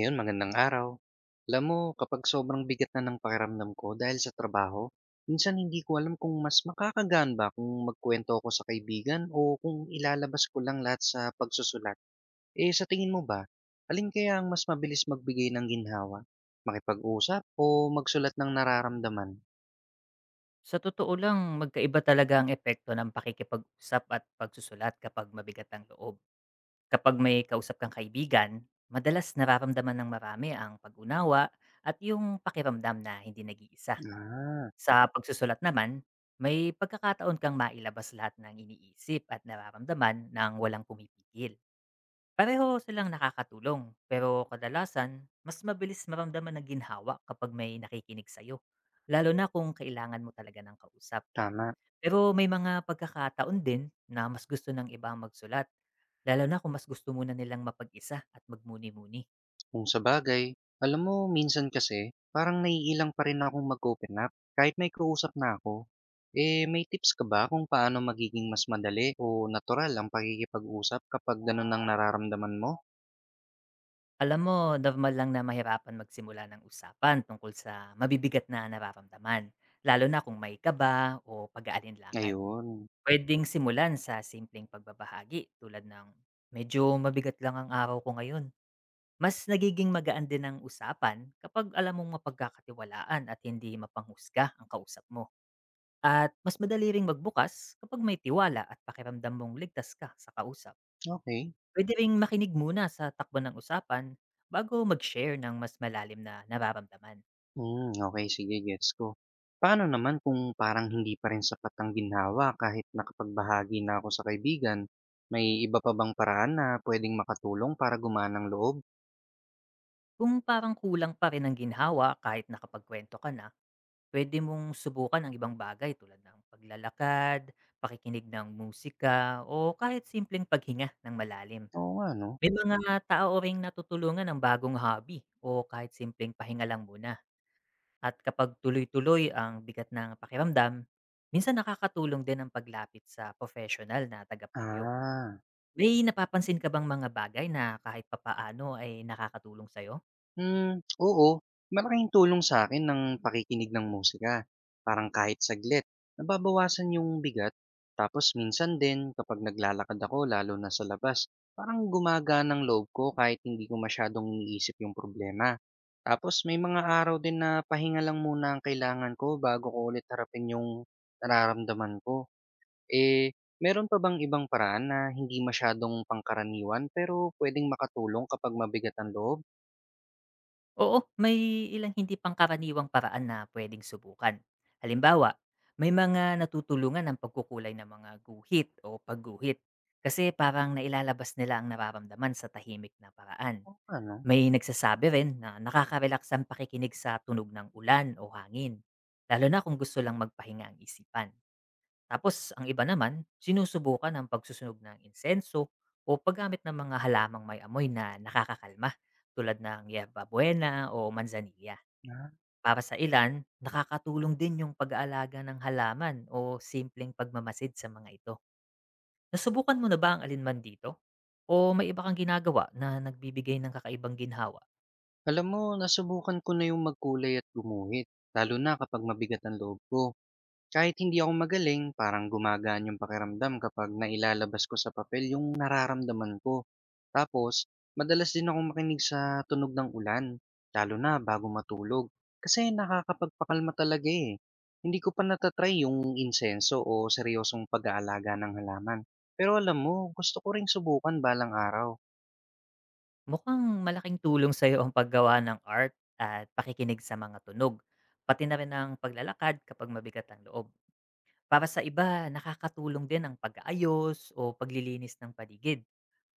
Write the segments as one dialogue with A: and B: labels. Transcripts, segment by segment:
A: Ayun, magandang araw. Alam mo, kapag sobrang bigat na ng pakiramdam ko dahil sa trabaho, minsan hindi ko alam kung mas makakagaan ba kung magkwento ako sa kaibigan o kung ilalabas ko lang lahat sa pagsusulat. Eh, sa tingin mo ba, alin kaya ang mas mabilis magbigay ng ginhawa? Makipag-usap o magsulat ng nararamdaman?
B: Sa totoo lang, magkaiba talaga ang epekto ng pakikipag-usap at pagsusulat kapag mabigat ang loob. Kapag may kausap kang kaibigan, madalas nararamdaman ng marami ang pag-unawa at yung pakiramdam na hindi nag-iisa.
A: Ah,
B: Sa pagsusulat naman, may pagkakataon kang mailabas lahat ng iniisip at nararamdaman ng walang pumipigil. Pareho silang nakakatulong, pero kadalasan, mas mabilis maramdaman ng ginhawa kapag may nakikinig sa'yo, lalo na kung kailangan mo talaga ng kausap.
A: tama.
B: Pero may mga pagkakataon din na mas gusto ng iba ang magsulat, lalo na kung mas gusto muna nilang mapag-isa at magmuni-muni.
A: Kung sabagay, alam mo minsan kasi parang naiilang pa rin akong mag-open up kahit may kausap na ako. Eh may tips ka ba kung paano magiging mas madali o natural ang pakikipag-usap kapag ganun ang nararamdaman mo?
B: Alam mo, normal lang na mahirapan magsimula ng usapan tungkol sa mabibigat na nararamdaman, lalo na kung may kaba o pag-aalinlangan.
A: Ayun,
B: Pwedeng simulan sa simpleng pagbabahagi tulad ng medyo mabigat lang ang araw ko ngayon. Mas nagiging magaan din ang usapan kapag alam mong mapagkakatiwalaan at hindi mapanghusga ang kausap mo. At mas madali ring magbukas kapag may tiwala at pakiramdam mong ligtas ka sa kausap.
A: okay.
B: Pwede ring makinig muna sa takbo ng usapan bago mag-share ng mas malalim na nararamdaman.
A: Okay, sige, gets ko. Paano naman kung parang hindi pa rin sapat ang ginhawa kahit nakapagbahagi na ako sa kaibigan? May iba pa bang paraan na puwedeng makatulong para gumanang loob?
B: Kung parang kulang pa rin ang ginhawa kahit nakapagkwento ka na, pwede mong subukan ang ibang bagay tulad ng paglalakad, pakikinig ng musika, o kahit simpleng paghinga ng malalim.
A: Oo nga 'no.
B: May mga tao ring natutulungan ng bagong hobby o kahit simpleng pahinga lang muna. At kapag tuloy-tuloy ang bigat ng pakiramdam, minsan nakakatulong din ang paglapit sa professional na tagapayo.
A: Ah.
B: May napapansin ka bang mga bagay na kahit papaano ay nakakatulong sa'yo?
A: Oo. Malaking tulong sa akin ng pakikinig ng musika. Parang kahit saglit, nababawasan yung bigat. Tapos minsan din kapag naglalakad ako lalo na sa labas, parang gumagana ng loob ko kahit hindi ko masyadong iniisip yung problema. Tapos may mga araw din na pahinga lang muna ang kailangan ko bago ko ulit harapin yung nararamdaman ko. Eh, meron pa bang ibang paraan na hindi masyadong pangkaraniwan pero pwedeng makatulong kapag mabigat ang loob?
B: Oo, may ilang hindi pangkaraniwang paraan na pwedeng subukan. Halimbawa, may mga natutulungan ang pagkukulay ng mga guhit o pagguhit kasi parang nailalabas nila ang nararamdaman sa tahimik na paraan.
A: Oo nga 'no?
B: May nagsasabi rin na nakaka-relax ang pakikinig sa tunog ng ulan o hangin, lalo na kung gusto lang magpahinga ang isipan. Tapos ang iba naman, sinusubukan ang pagsusunog ng insenso o paggamit ng mga halamang may amoy na nakakakalma tulad ng yerba buena o manzanilla.
A: Ah,
B: Para sa ilan, nakakatulong din yung pag-aalaga ng halaman o simpleng pagmamasid sa mga ito. Nasubukan mo na ba ang alinman dito? O may iba kang ginagawa na nagbibigay ng kakaibang ginhawa?
A: alam mo, nasubukan ko na yung magkulay at gumuhit, lalo na kapag mabigat ang loob ko. Kahit hindi ako magaling, parang gumagaan yung pakiramdam kapag nailalabas ko sa papel yung nararamdaman ko. Tapos, madalas din akong makinig sa tunog ng ulan, lalo na bago matulog, kasi nakakapagpakalma talaga eh. Hindi ko pa natatry yung insenso o seryosong pag-aalaga ng halaman. Pero alam mo, gusto ko ring subukan balang araw.
B: Mukhang malaking tulong sa'yo ang paggawa ng art at pakikinig sa mga tunog, pati na rin ang paglalakad kapag mabigat ang loob. Para sa iba, nakakatulong din ang pag-aayos o paglilinis ng paligid.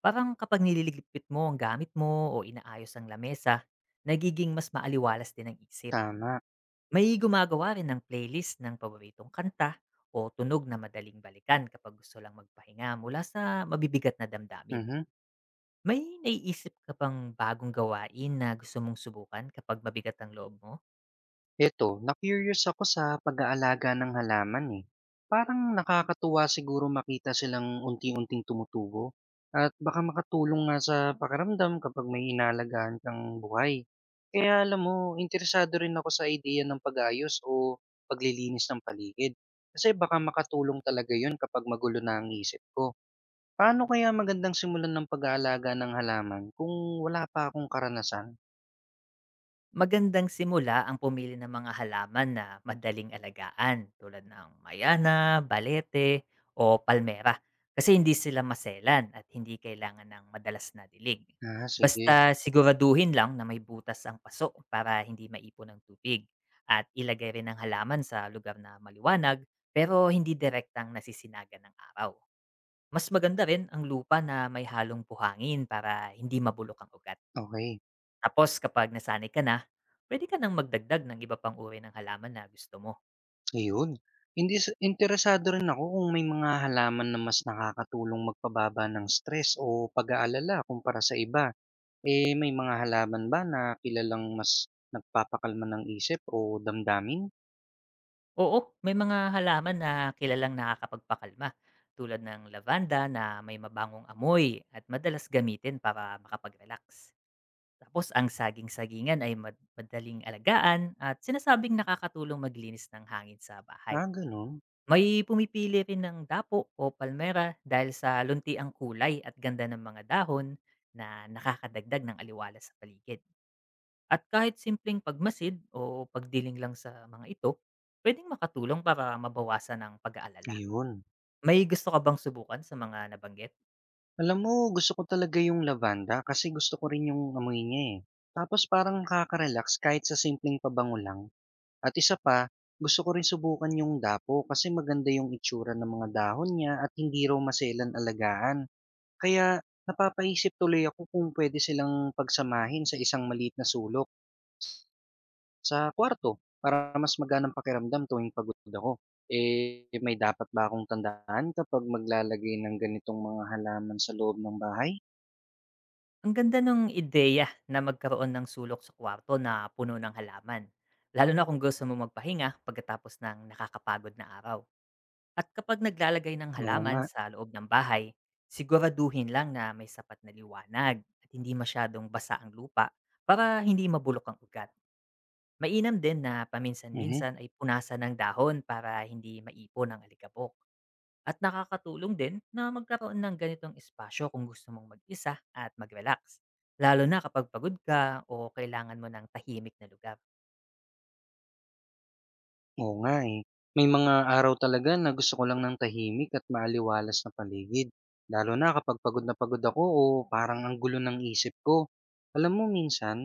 B: Parang kapag nililigpit mo ang gamit mo o inaayos ang lamesa, nagiging mas maaliwalas din ang isip.
A: Tama.
B: May gumagawa rin ng playlist ng paboritong kanta o tunog na madaling balikan kapag gusto lang magpahinga mula sa mabibigat na damdamin.
A: Mhm.
B: May naiisip ka bang bagong gawain na gusto mong subukan kapag mabigat ang loob mo?
A: Eto, na-curious ako sa pag-aalaga ng halaman eh. Parang nakakatuwa siguro makita silang unti-unting tumutubo. At baka makatulong nga sa pakiramdam kapag may inalagaan kang buhay. Kaya alam mo, interesado rin ako sa ideya ng pag-ayos o paglilinis ng paligid. Kasi baka makatulong talaga yun kapag magulo na ang isip ko. Paano kaya magandang simulan ng pag-aalaga ng halaman kung wala pa akong karanasan?
B: Magandang simula ang pumili ng mga halaman na madaling alagaan tulad ng mayana, balete, o palmera, kasi hindi sila maselan at hindi kailangan ng madalas na dilig.
A: Ah,
B: Basta
A: sige.
B: siguraduhin lang na may butas ang paso para hindi maipon ng tubig, at ilagay rin ang halaman sa lugar na maliwanag pero hindi direktang nasisinagan ng araw. Mas maganda rin ang lupa na may halong buhangin para hindi mabulok ang ugat.
A: Okay.
B: Tapos kapag nasanay ka na, pwede ka nang magdagdag ng iba pang uri ng halaman na gusto mo.
A: Ayun. Indis interesado rin ako kung may mga halaman na mas nakakatulong magpababa ng stress o pag-aalala kumpara sa iba. Eh, may mga halaman ba na kilalang mas nagpapakalma ng isip o damdamin?
B: Oo, may mga halaman na kilalang nakakapagpakalma tulad ng lavanda na may mabangong amoy at madalas gamitin para makapag-relax. Tapos ang saging-sagingan ay madaling alagaan at sinasabing nakakatulong maglinis ng hangin sa
A: Ah,
B: bahay.
A: ganun.
B: May pumipili rin ng dapo o palmera dahil sa lunti ang kulay at ganda ng mga dahon na nakakadagdag ng aliwalas sa paligid. At kahit simpleng pagmasid o pagdiling lang sa mga ito, pwedeng makatulong para mabawasan ang pag-aalala.
A: Ayun.
B: May gusto ka bang subukan sa mga nabanggit?
A: Alam mo, gusto ko talaga yung lavanda kasi gusto ko rin yung amoy niya eh. Tapos parang nakaka-relax kahit sa simpleng pabango lang. At isa pa, gusto ko rin subukan yung dapo kasi maganda yung itsura ng mga dahon niya at hindi raw maselan alagaan. Kaya napapaisip tuloy ako kung pwede silang pagsamahin sa isang maliit na sulok sa kwarto para mas magaan pakiramdam tuwing pagod ako. Eh, may dapat ba akong tandaan kapag maglalagay ng ganitong mga halaman sa loob ng bahay?
B: Ang ganda ng ideya na magkaroon ng sulok sa kwarto na puno ng halaman. Lalo na kung gusto mo magpahinga pagkatapos ng nakakapagod na araw. At kapag naglalagay ng
A: Oo
B: halaman
A: nga.
B: sa loob ng bahay, siguraduhin lang na may sapat na liwanag at hindi masyadong basa ang lupa para hindi mabulok ang ugat. Mainam din na
A: Mhm.
B: paminsan-minsan ay punasan ng dahon para hindi maipon ang alikabok. At nakakatulong din na magkaroon ng ganitong espasyo kung gusto mong mag-isa at mag-relax. Lalo na kapag pagod ka o kailangan mo ng tahimik na lugar.
A: Oo nga eh. May mga araw talaga na gusto ko lang ng tahimik at maaliwalas na paligid. Lalo na kapag pagod na pagod ako o parang ang gulo ng isip ko. Alam mo minsan,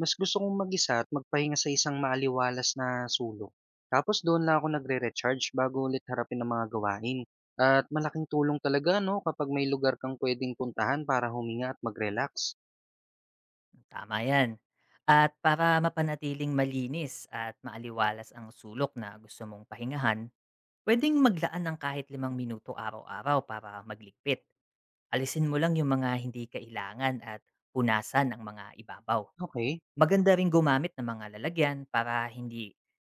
A: mas gusto kong mag-isa at magpahinga sa isang maaliwalas na sulok. Tapos doon lang ako nagre-recharge bago ulit harapin ang mga gawain. At malaking tulong talaga no kapag may lugar kang pwedeng puntahan para huminga at mag-relax.
B: Tama yan. At para mapanatiling malinis at maaliwalas ang sulok na gusto mong pahingahan, pwedeng maglaan ng kahit limang minuto araw-araw para magligpit. Alisin mo lang yung mga hindi kailangan at punasan ang mga ibabaw.
A: Okay.
B: Maganda rin gumamit ng mga lalagyan para hindi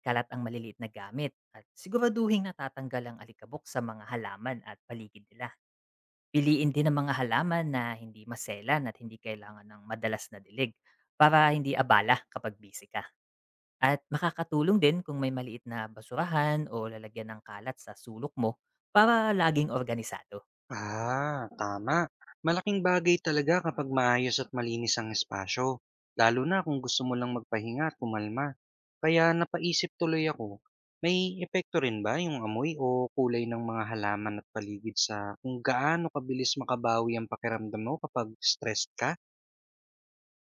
B: kalat ang maliliit na gamit, at siguraduhin natatanggal ang alikabok sa mga halaman at paligid nila. Piliin din ang mga halaman na hindi maselan at hindi kailangan ng madalas na dilig, para hindi abala kapag busy ka. At makakatulong din kung may maliit na basurahan o lalagyan ng kalat sa sulok mo para laging organisado.
A: Ah, tama. Malaking bagay talaga kapag maayos at malinis ang espasyo, lalo na kung gusto mo lang magpahinga at kumalma. Kaya napaisip tuloy ako, may epekto rin ba yung amoy o kulay ng mga halaman at paligid sa kung gaano kabilis makabawi ang pakiramdam mo kapag stressed ka?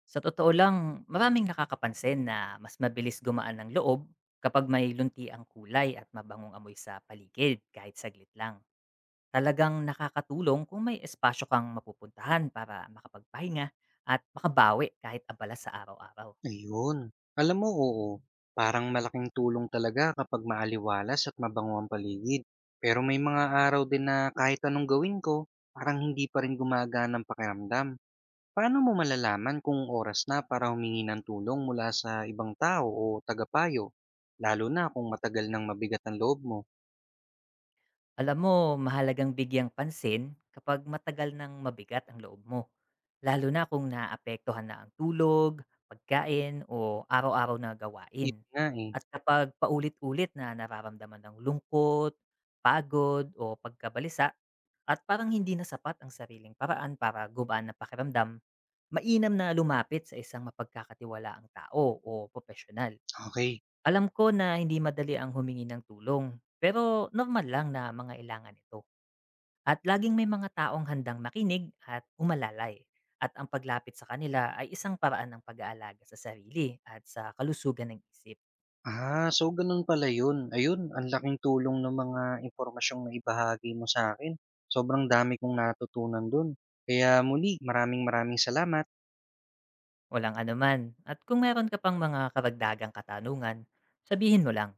B: Sa totoo lang, maraming nakakapansin na mas mabilis gumaan ng loob kapag may lunti ang kulay at mabangong amoy sa paligid kahit saglit lang. Talagang nakakatulong kung may espasyo kang mapupuntahan para makapagpahinga at makabawi kahit abala sa araw-araw.
A: Ayun. Alam mo, oo. Parang malaking tulong talaga kapag maaliwalas at mabango ang paligid. Pero may mga araw din na kahit anong gawin ko, parang hindi pa rin gumagana ang pakiramdam. Paano mo malalaman kung oras na para humingi ng tulong mula sa ibang tao o tagapayo? Lalo na kung matagal nang mabigat ang loob mo.
B: Alam mo, mahalagang bigyang pansin kapag matagal nang mabigat ang loob mo. Lalo na kung naapektuhan na ang tulog, pagkain o araw-araw na
A: Yun
B: gawain.
A: nga eh.
B: At kapag paulit-ulit na nararamdaman ng lungkot, pagod o pagkabalisa, at parang hindi na sapat ang sariling paraan para gubaan na pakiramdam, mainam na lumapit sa isang mapagkakatiwalaang tao o profesional.
A: Okay.
B: Alam ko na hindi madali ang humingi ng tulong, pero normal lang na mangailangan ito. At laging may mga taong handang makinig at umalalay. At ang paglapit sa kanila ay isang paraan ng pag-aalaga sa sarili at sa kalusugan ng isip.
A: Ah, so ganun pala yun. Ayun, ang laking tulong ng mga impormasyong naibahagi mo sa akin. Sobrang dami kong natutunan dun. Kaya muli, maraming maraming salamat.
B: Walang anuman. At kung meron ka pang mga karagdagang katanungan, sabihin mo lang.